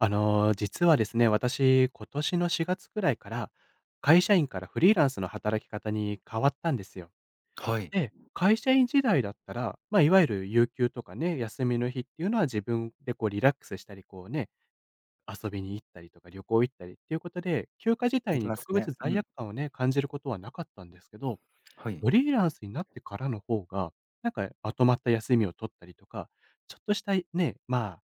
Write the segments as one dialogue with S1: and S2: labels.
S1: 実はですね、私、今年の4月くらいから、会社員からフリーランスの働き方に変わったんですよ。
S2: はい。
S1: で、会社員時代だったら、まあ、いわゆる有給とかね、休みの日っていうのは自分でこうリラックスしたり、こうね、遊びに行ったりとか旅行行ったりっていうことで、休暇自
S2: で
S1: 体
S2: き
S1: に
S2: ます
S1: 特
S2: ね。
S1: 別
S2: う
S1: 罪
S2: ん。
S1: 悪感をね、感じることはなかったんですけど、
S2: はい。
S1: フリーランスになってからの方が、なんかまとまった休みを取ったりとか、ちょっとしたね、まあ、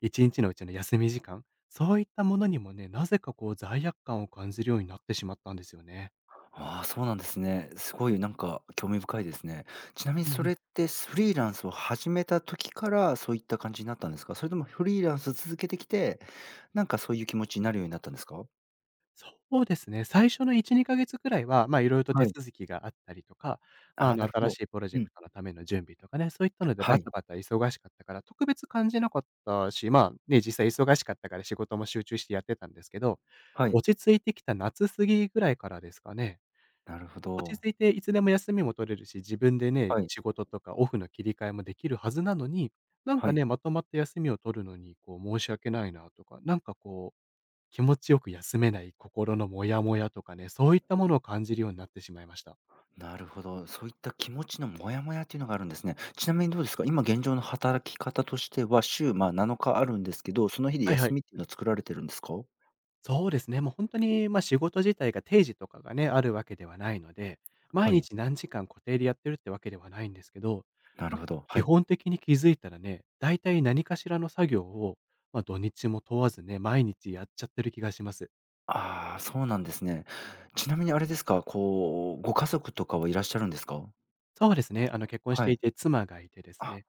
S1: 1日のうちの休み時間、そういったものにもね、なぜかこう罪悪感を感じるようになってしまったんですよね。
S2: ああ、そうなんですね。すごいなんか興味深いですね。ちなみに
S1: う
S2: そ
S1: ん、
S2: れってフリーランスを始めた時からそういった感じになったんですか？それともフリーランス続けてきて、なんかそういう気持ちになるようになったんですか？
S1: そうですね。最初の1、2ヶ月くらいは、まあ、いろいろと手
S2: はい。
S1: 続きがあったりとか、まあ、
S2: ああ、なるほ
S1: 新し
S2: ど。
S1: いプロジェ
S2: うん。
S1: クトのための準備とかね、そういったので
S2: は
S1: バ
S2: い。
S1: タバタ忙しかったから、特別感じなかったし、まあ、ね、実際忙しかったから仕事も集中してやってたんですけど、
S2: はい。
S1: 落ち着いてきた夏過ぎぐらいからですかね。
S2: なるほ
S1: 落ち
S2: ど。
S1: 着いていつでも休みも取れるし、自分でね、
S2: はい。
S1: 仕事とかオフの切り替えもできるはずなのに、なん
S2: は
S1: か
S2: い。
S1: ね、まとまった休みを取るのに、こう、申し訳ないなとか、なんかこう気持ちよく休めない心のモヤモヤとかね、そういったものを感じるようになってしまいました。
S2: なるほど。そういった気持ちのモヤモヤっていうのがあるんですね。ちなみにどうですか？今現状の働き方としては、週、まあ、7日あるんですけど、その日で
S1: はいは
S2: 休
S1: い。
S2: みっていうのは作られてるんですか？
S1: そうですね、もう本当に、まあ、仕事自体が定時とかがね、あるわけではないので、毎
S2: はい。
S1: 日何時間固定でやってるってわけではないんですけど、
S2: なる
S1: ま、
S2: ほど、
S1: 基
S2: はい。
S1: 本的に気づいたらね、大体何かしらの作業を、まあ、土日も問わずね、毎日やっちゃってる気がします。
S2: ああ、そうなんですね。ちなみにあれですか、こう、ご家族とかはいらっしゃるんですか？
S1: そうですね、結婚し
S2: は
S1: てい
S2: い。
S1: て妻がいてです
S2: あ、
S1: ね。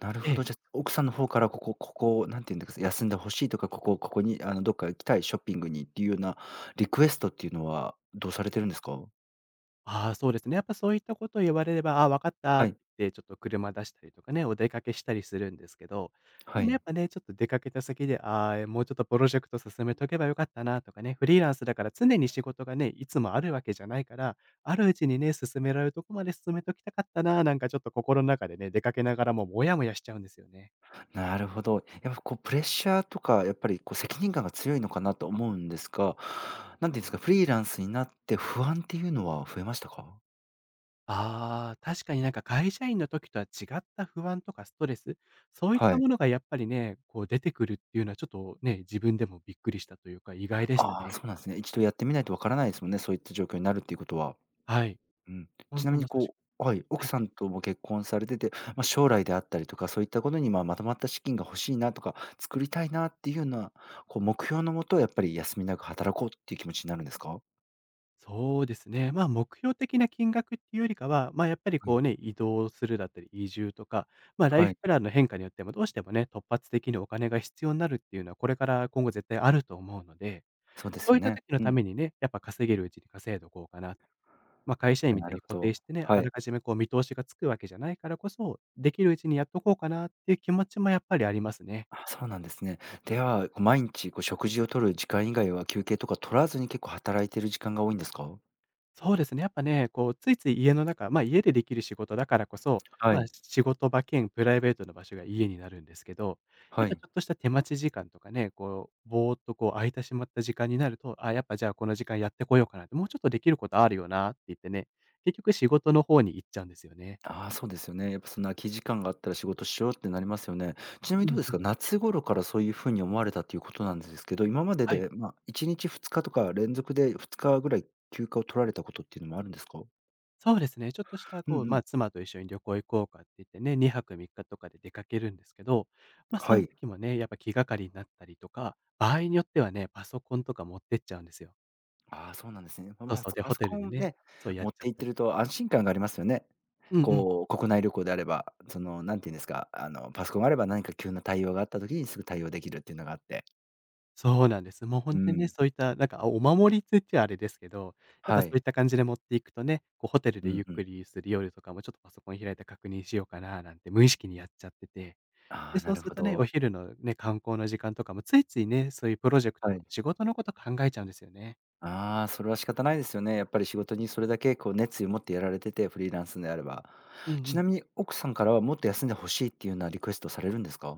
S2: なる
S1: え
S2: ほ
S1: え。
S2: ど。じゃあ、奥さんの方からここここ、なんていうんですか、休んでほしいとか、ここここに、どっか行きたい、ショッピングにっていうようなリクエストっていうのは、どうされてるんですか？
S1: ああ、そうですね。やっぱそういったことを言われれば、ああ、わかった
S2: は
S1: って
S2: い、
S1: 言って、ちょっと車出したりとかね、お出かけしたりするんですけど、で
S2: は
S1: もやっ
S2: い。
S1: ぱね、ちょっと出かけた先で、ああ、もうちょっとプロジェクト進めとけばよかったなとかね、フリーランスだから常に仕事がね、いつもあるわけじゃないから、あるうちにね、進められるとこまで進めときたかったな、なんかちょっと心の中でね、出かけながらもモヤモヤしちゃうんですよね。
S2: なるほど。やっぱこうプレッシャーとか、やっぱりこう責任感が強いのかなと思うんですが、なんていうんですか、フリーランスになって不安っていうのは増えましたか？
S1: ああ、確かになんか会社員の時とは違った不安とかストレス、そういった
S2: はい。
S1: ものがやっぱりね、こう出てくるっていうのはちょっとね、自分でもびっくりしたというか、意外でした
S2: ああ、
S1: ね。
S2: そうなんですね。一度やってみないとわからないですもんね、そういった状況になるっていうことは。
S1: はい。
S2: うん。ち
S1: 本
S2: な
S1: 当
S2: み
S1: と
S2: に
S1: まさしく。
S2: こうはい、
S1: はい
S2: 奥
S1: は
S2: さ
S1: い。
S2: んとも結婚されてて、まあ、将来であったりとか、そういったことに、まとまった資金が欲しいなとか、作りたいなっていうような、こう目標のもと、やっぱり休みなく働こうっていう気持ちになるんですか？
S1: そうですね。まあ、目標的な金額っていうよりかは、まあ、やっぱり
S2: は
S1: こ
S2: い。
S1: うね、移動するだったり、移住とか、ま、ライ
S2: は
S1: フ
S2: い、
S1: プランの変化によっても、どうしてもね、突発的にお金が必要になるっていうのは、これから今後絶対あると思うので、
S2: そうです
S1: そうい
S2: よ
S1: った
S2: ね。
S1: 時の
S2: う
S1: た
S2: ん、
S1: めにね、やっぱ稼げるうちに稼いどこうかな。まあ、会社員み
S2: な
S1: たい
S2: る
S1: に固
S2: ほ
S1: 定
S2: ど。
S1: してね、
S2: は
S1: あら
S2: い。
S1: かじめこう見通しがつくわけじゃないからこそ、できるうちにやっとこうかなっていう気持ちもやっぱりありますね。
S2: あ、そうなんですね。では、こう毎日こう食事を取る時間以外は、休憩とか取らずに結構働いてる時間が多いんですか？
S1: そうですね、やっぱね、こうついつい家の中、ま、家でできる仕事だからこそ、
S2: は
S1: ま、
S2: い。
S1: 仕事場兼プライベートの場所が
S2: うん、
S1: 家になるんですけど、や
S2: は
S1: っぱち
S2: い。
S1: ょっとした手待ち時間とかね、こう、ぼーっとこう空いてしまった時間になると、あ、やっぱじゃあこの時間やってこようかなって、もうちょっとできることあるよなって言ってね、結局仕事の方に行っちゃうんですよね。
S2: ああ、そうですよね。やっぱその空き時間があったら仕事しようってなりますよね。ちなみ
S1: う
S2: にどう
S1: ん
S2: で
S1: う
S2: す
S1: ん。
S2: か、夏頃からそういう風に思われたということなんですけど、今まで
S1: はい。
S2: で、まあ、1日、2日とか連続で2日ぐらい休暇を取られたことっていうのもあるんですか？
S1: そうですね。ちょっとした、
S2: うんう
S1: こう、まあ、
S2: ん。
S1: 妻と一緒に旅行行こうかって言ってね、2泊3日とかで出かけるんですけど、まあ、そ
S2: は
S1: の
S2: い。
S1: 時もね、やっぱ気がかりになったりとか、場合によってはね、パソコンとか持ってっちゃうんですよ。
S2: ああ、そうなんですね。まあ
S1: そう
S2: ま、
S1: そう、で、
S2: パ
S1: ホ
S2: ソ
S1: テル
S2: コ
S1: で
S2: ン
S1: ね、
S2: ね、
S1: そうやっ
S2: 持っ
S1: ちゃっ
S2: て行っ
S1: た
S2: て
S1: り。
S2: ると安心感がありますよね。
S1: うんうん。
S2: こう、国内旅行であれば、その、なんて言うんですか、パソコンがあれば何か急な対応があった時にすぐ対応できるっていうのがあって。
S1: そうなんです。もう
S2: う
S1: 本当にね、
S2: ん。
S1: そういった、なんか、あお守りって言っちゃあれですけど、やっぱ
S2: は
S1: そうい
S2: い。
S1: った感じで持っていくとね、こうホテル
S2: う
S1: でゆ
S2: ん
S1: っ
S2: うん。
S1: くりする夜とかも、ちょっとパソコン開いて確認しようかななんて無意識にやっちゃってて、
S2: あ
S1: で、
S2: あ、な
S1: そう
S2: る
S1: する
S2: ほ
S1: とね、お
S2: ど。
S1: 昼のね、観光の時間とかもついついね、そういうプロジェクト
S2: は
S1: と
S2: い。
S1: か仕事のこと考えちゃうんですよね。
S2: ああ、それは仕方ないですよね。やっぱり仕事にそれだけこう熱意を持ってやられてて、フリーランスであれば。
S1: うんう
S2: ちな
S1: ん。
S2: みに奥さんからはもっと休んでほしいっていうようなリクエストされるんですか？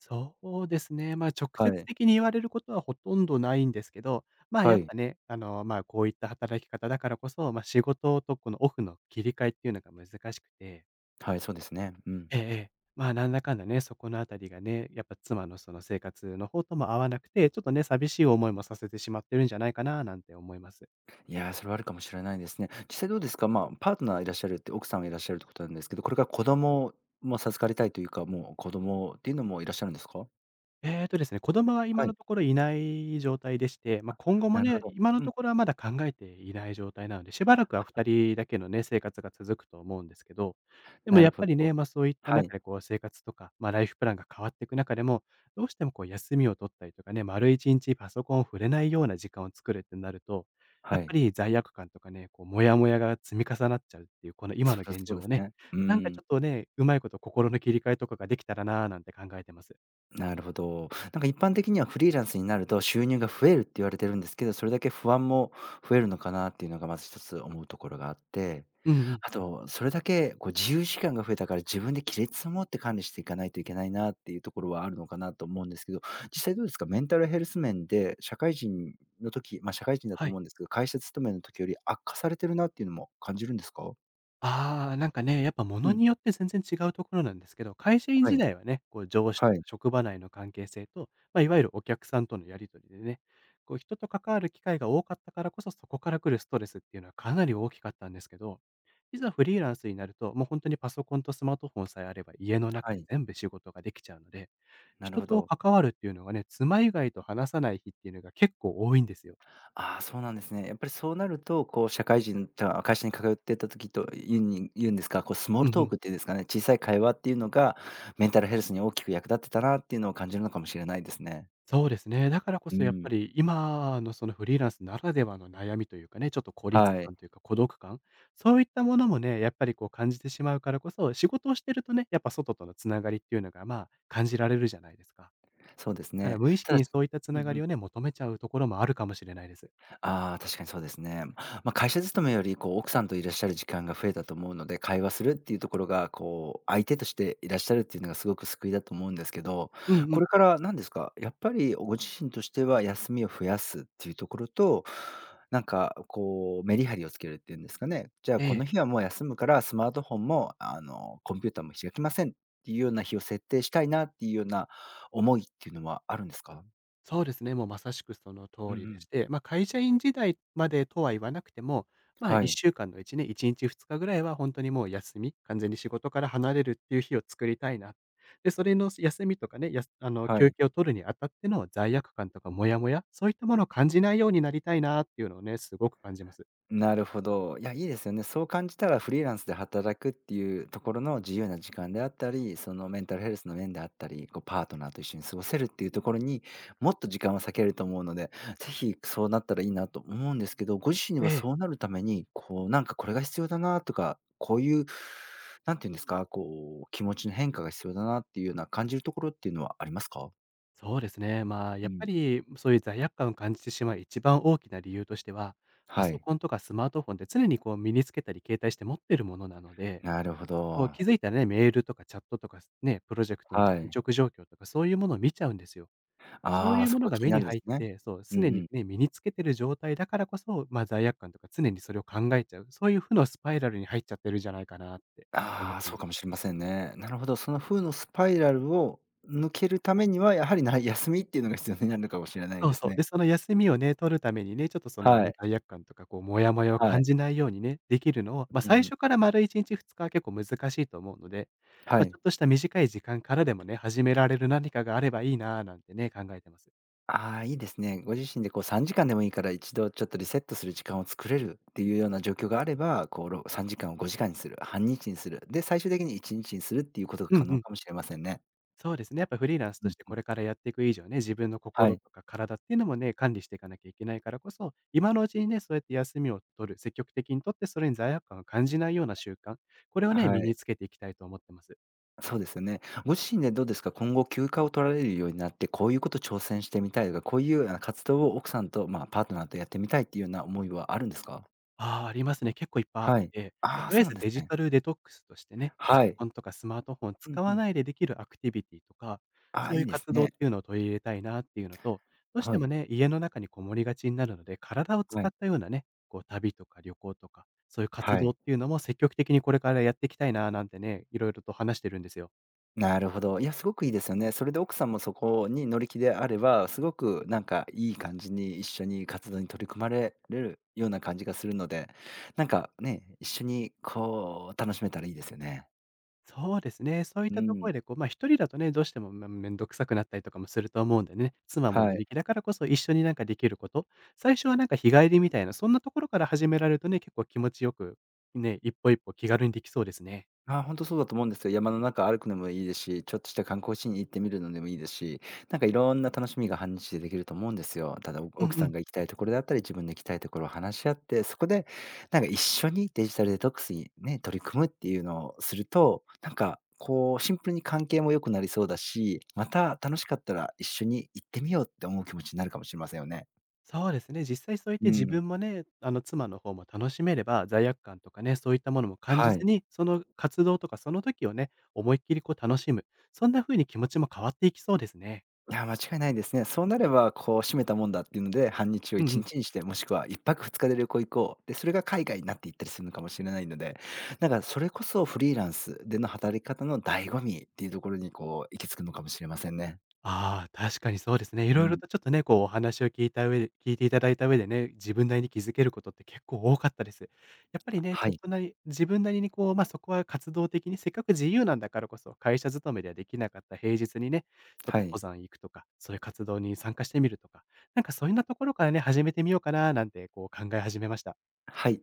S1: そうですね、まあ、直
S2: は
S1: 接
S2: い。
S1: 的に言われることはほとんどないんですけど、まあ、や
S2: は
S1: っ
S2: い。
S1: ぱね、まあ、こういった働き方だからこそ、まあ、仕事とこのオフの切り替えっていうのが難しくて、
S2: はい、そうですね。うん。
S1: ええええ、まあ、なんだかんだね、そこのあたりがね、やっぱ妻のその生活の方とも合わなくて、ちょっとね、寂しい思いもさせてしまってるんじゃないかななんて思います。
S2: いやー、それはあるかもしれないですね。実際どうですか？まあ、パートナーいらっしゃるって、奥さんがいらっしゃるってことなんですけど、これから子供も授かりたいというか、もう子供っていうのもいらっしゃるんですか？
S1: ですね、子供は今
S2: は
S1: の
S2: い、
S1: ところいない状態でして、まあ、今後も
S2: なるほ
S1: ね、
S2: ど。
S1: 今の
S2: うん、
S1: ところはまだ考えていない状態なので、しばらくは2人だけのね、生活が続くと思うんですけど、でも
S2: な
S1: や
S2: る
S1: っ
S2: ほ
S1: ぱりね、
S2: ど。
S1: まあ、そういった
S2: は
S1: 中
S2: い、
S1: でこう生活とか、まあ、ライフプランが変わっていく中でも、どうしてもこう休みを取ったりとかね、丸1日パソコンを触れないような時間を作るってなると、やっ
S2: は
S1: ぱ
S2: い。
S1: り罪悪感とかね、こうモヤモヤが積み重なっちゃうっていう、この今
S2: そ
S1: の
S2: りゃ
S1: 現
S2: そう
S1: 状
S2: で
S1: を
S2: す
S1: ね、
S2: ね。う
S1: なんか
S2: ー
S1: ち
S2: ん。
S1: ょっとね、うまいこと心の切り替えとかができたらなーなんて考えてます。
S2: なるほど。なんか一般的にはフリーランスになると収入が増えるって言われてるんですけど、それだけ不安も増えるのかなっていうのがまず一つ思うところがあって、
S1: うんうん。
S2: あと、それだけこう自由時間が増えたから自分で亀裂を持って管理していかないといけないなっていうところはあるのかなと思うんですけど、実際どうですかメンタルヘルス面で社会人の時、まあ社会人だ
S1: は
S2: と
S1: い。
S2: 思うんですけど、会社勤めの時より悪化されてるなっていうのも感じるんですか。
S1: ああ、なんかね、やっぱ
S2: う
S1: 物
S2: ん。
S1: によって全然違うところなんですけど、会社員
S2: は
S1: 時
S2: い。
S1: 代はね、こう上司と
S2: は
S1: か
S2: い。
S1: 職場内の関係性と、まあ、いわゆるお客さんとのやりとりでね、こう人と関わる機会が多かったからこそ、そこから来るストレスっていうのはかなり大きかったんですけど、いざフリーランスになると、もう本当にパソコンとスマートフォンさえあれば家の中
S2: は
S1: で
S2: い。
S1: 全部仕事ができちゃうので、
S2: なる
S1: 人
S2: ほ
S1: と
S2: ど。
S1: 関わるっていうのがね、妻以外と話さない日っていうのが結構多いんですよ。
S2: ああ、そうなんですね。やっぱりそうなると、こう社会人じゃ会社に通ってた時とゆうんに言うんですか、こうスモー
S1: うん
S2: ル
S1: う
S2: トー
S1: ん。
S2: クっていうんですかね、小さい会話っていうのが、メンタルヘルスに大きく役立ってたなっていうのを感じるのかもしれないですね。
S1: そうですね。だからこ
S2: う
S1: そやっぱ
S2: ん。
S1: り、今のそのフリーランスならではの悩みというかね、ちょっと孤立
S2: はい、
S1: 感というか孤独感、そういったものもね、やっぱりこう感じてしまうからこそ、仕事をしてるとね、やっぱ外とのつながりっていうのが、まあ、感じられるじゃないですか。
S2: そうです
S1: から
S2: ね。
S1: 無意
S2: た
S1: 識
S2: だし、
S1: にそういったつ
S2: うん
S1: なが
S2: う
S1: り
S2: ん。
S1: をね、求めちゃうところもあるかもしれないです。
S2: ああ、確かにそうですね。まあ、会社勤めより、こう、奥さんといらっしゃる時間が増えたと思うので、会話するっていうところが、こう、相手としていらっしゃるっていうのがすごく救いだと思うんですけど、
S1: うんう
S2: こ
S1: ん。
S2: れから何ですか、やっぱりご自身としては休みを増やすっていうところと、なんか、こう、メリハリをつけるっていうんですかね。じゃあ、
S1: え
S2: この
S1: え。
S2: 日はもう休むからスマートフォンも、コンピューターも開きませんっていうような日を設定したいなっていうような思いっていうのはあるんですか？
S1: そうですね、もうまさしくその通
S2: うんう
S1: りで
S2: ん。
S1: して、会社員時代までとは言わなくても、
S2: はい、
S1: 1週間のうちね、1日2日ぐらいは本当にもう休み、完全に仕事から離れるっていう日を作りたいな。で、それの休みとかね、やすあの、
S2: は
S1: 休
S2: い。
S1: 憩を取るにあたっての罪悪感とかモヤモヤ、そういったものを感じないようになりたいなっていうのをね、すごく感じます。
S2: なるほど。いや、いいですよね。そう感じたらフリーランスで働くっていうところの自由な時間であったり、そのメンタルヘルスの面であったり、こうパートナーと一緒に過ごせるっていうところにもっと時間を割けると思うので、ぜひそうなったらいいなと思うんですけど、ご自身
S1: え
S2: は
S1: え。
S2: そうなるために、こうなんかこれが必要だなとか、こういう、なんていうんですか、こう気持ちの変化が必要だなっていうような感じるところっていうのはありますか？
S1: そうですね、や
S2: う
S1: っぱ
S2: ん。
S1: りそういう罪悪感を感じてしまう一番大きな理由としては、パ
S2: は
S1: ソ
S2: い。
S1: コンとかスマートフォンって常にこう身につけたり携帯して持ってるものなので、
S2: なるほ
S1: こう
S2: ど。
S1: 気づいたらね、メールとかチャットとかね、プロジェクトの進
S2: はい。
S1: 捗状況とかそういうものを見ちゃうんですよ。そう
S2: あ
S1: い
S2: あ、
S1: う
S2: そ
S1: もの
S2: こ
S1: が
S2: 気に
S1: 目
S2: な
S1: に
S2: るんで
S1: 入
S2: す
S1: っ
S2: ね。
S1: て、そう、
S2: うんう
S1: 常に
S2: ん。
S1: ね、身につけてる状態だからこそ、罪悪感とか常にそれを考えちゃう、そういう負のスパイラルに入っちゃってるんじゃないかなって思っ
S2: ああ、
S1: て
S2: そ
S1: ま
S2: う
S1: す。
S2: かもしれませんね。なるほど、その負のスパイラルを抜けるためには、やはりな 休みっていうのが必要になるのかもしれない
S1: そう
S2: です
S1: そう。で、
S2: ね。
S1: その休みをね、取るためにね、ちょっとその、
S2: はい、
S1: 罪悪感とかこうモヤモヤを
S2: は
S1: 感
S2: い。
S1: じないようにね、できるのを、
S2: うん
S1: 最
S2: うん。
S1: 初から丸1日2日は結構難しいと思うので、
S2: は
S1: ち
S2: い。
S1: ょっとした短い時間からでもね、始められる何かがあればいいなぁなんてね、考えてます。
S2: ああ、いいですね。ご自身でこう3時間でもいいから、一度ちょっとリセットする時間を作れるっていうような状況があれば、こう3時間を5時間にする、半日にする、で、最終的に1日にちにするっていうことが
S1: う
S2: 可
S1: んう
S2: 能
S1: ん。
S2: かもしれませんね。
S1: そうですね。やっぱフリーランスと
S2: うん
S1: して
S2: う
S1: こ
S2: ん。
S1: れからやっていく以上ね、自分の
S2: は
S1: 心
S2: い。
S1: とか体っていうのもね、管理していかなきゃいけないからこそ、今のうちにね、そうやって休みを取る、積極的に取って、それに罪悪感を感じないような習慣、これをね、
S2: は
S1: 身に
S2: い。
S1: つけていきたいと思ってます。
S2: そうですよね。ご自身でどうですか、今後休暇を取られるようになって、こういうこと挑戦してみたいとか、こういう活動を奥さんと、まあ、パートナーとやってみたいっていうような思いはあるんですか？
S1: ああ、ありますね。結構いっぱいあっ
S2: はい。
S1: て、
S2: あ
S1: と
S2: あ、
S1: りあ
S2: そ
S1: え
S2: うなん
S1: ず
S2: です
S1: デジ
S2: ね。
S1: タルデトックスとしてね、パソ
S2: はい。
S1: コンとかスマートフォン
S2: うん
S1: 使
S2: う
S1: わ
S2: ん。
S1: ないでできるアクティビティとか、
S2: あ
S1: そ
S2: あ、
S1: うい
S2: い
S1: う
S2: いです
S1: 活動っ
S2: ね。
S1: ていうのを取り入れたいなっていうのと、どうし
S2: は
S1: ても
S2: い、
S1: ね、家の中にこもりがちになるので、体を
S2: は
S1: 使っ
S2: い、
S1: たようなね、こう旅とか旅行とか、そういう活
S2: は
S1: 動っ
S2: い。
S1: ていうのも積極的にこれからやっていきたいななんてね、色々と話してるんですよ。
S2: なるほど。いや、すごくいいですよね。それで奥さんもそこに乗り気であれば、すごくなんかいい感じに一緒に活動に取り組まれるような感じがするので、なんかね、一緒にこう楽しめたらいいですよね。
S1: そうですね。そういっ
S2: う
S1: たとこ
S2: ん、
S1: ろで、こう、一人だとね、どうしても、面倒くさくなったりとかもすると思うんでね、妻も乗
S2: はい。
S1: り気だからこそ一緒になんかできること、最初はなんか日帰りみたいな、そんなところから始められるとね、結構気持ちよく、ね、一歩一歩気軽にできそうですね。
S2: ああ、本当そうだと思うんですよ。山の中歩くのもいいですし、ちょっとした観光地に行ってみるのでもいいですし、なんかいろんな楽しみが半日でできると思うんですよ。ただ、お
S1: うん
S2: 奥
S1: う
S2: さん
S1: ん。
S2: が行きたいところであったり、自分の行きたいところを話し合って、そこでなんか一緒にデジタルデトックスにね、取り組むっていうのをすると、なんかこうシンプルに関係も良くなりそうだし、また楽しかったら一緒に行ってみようって思う気持ちになるかもしれませんよね。
S1: そうですね。実際そう言って
S2: う
S1: 自
S2: ん。
S1: 分もね、あの、妻の方も楽しめれば、罪悪感とかね、そういったものも感じ
S2: は
S1: ず
S2: い。
S1: に、その活動とかその時をね、思いっきりこう楽しむ、そんな風に気持ちも変わっていきそうですね。
S2: いや、間違いないですね。そうなれば、こう、閉めたもんだっていうので、半日を
S1: うんう
S2: 1
S1: ん。
S2: 日にちにして、もしくは1泊2日で旅行行こう。で、それが海外になっていったりするのかもしれないので、なんかそれこそフリーランスでの働き方の醍醐味っていうところに、こう、行き着くのかもしれませんね。
S1: ああ、確かにそうですね。い
S2: う
S1: ろいろ
S2: ん。
S1: とちょっとね、こうお話を聞いた上で聞いていただいた上でね、自分なりに気づけることって結構多かったです。やっぱりね、ち
S2: は
S1: ょっ
S2: い。
S1: となり自分なりにこう、あそこは活動的に、せっかく自由なんだからこそ、会社勤めではできなかった平日にね、ちょっと
S2: はい。
S1: 登山行くとか、そういう活動に参加してみるとか、なんかそういうようなところからね、始めてみようかななんてこう考え始めました。
S2: はい。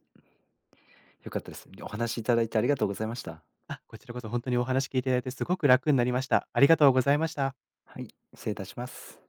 S2: 良かったです。お話しいただいてありがとうございました。
S1: あ、こちらこそ本当にお話聞いていただいてすごく楽になりました。ありがとうございました。
S2: はい、失礼いたします。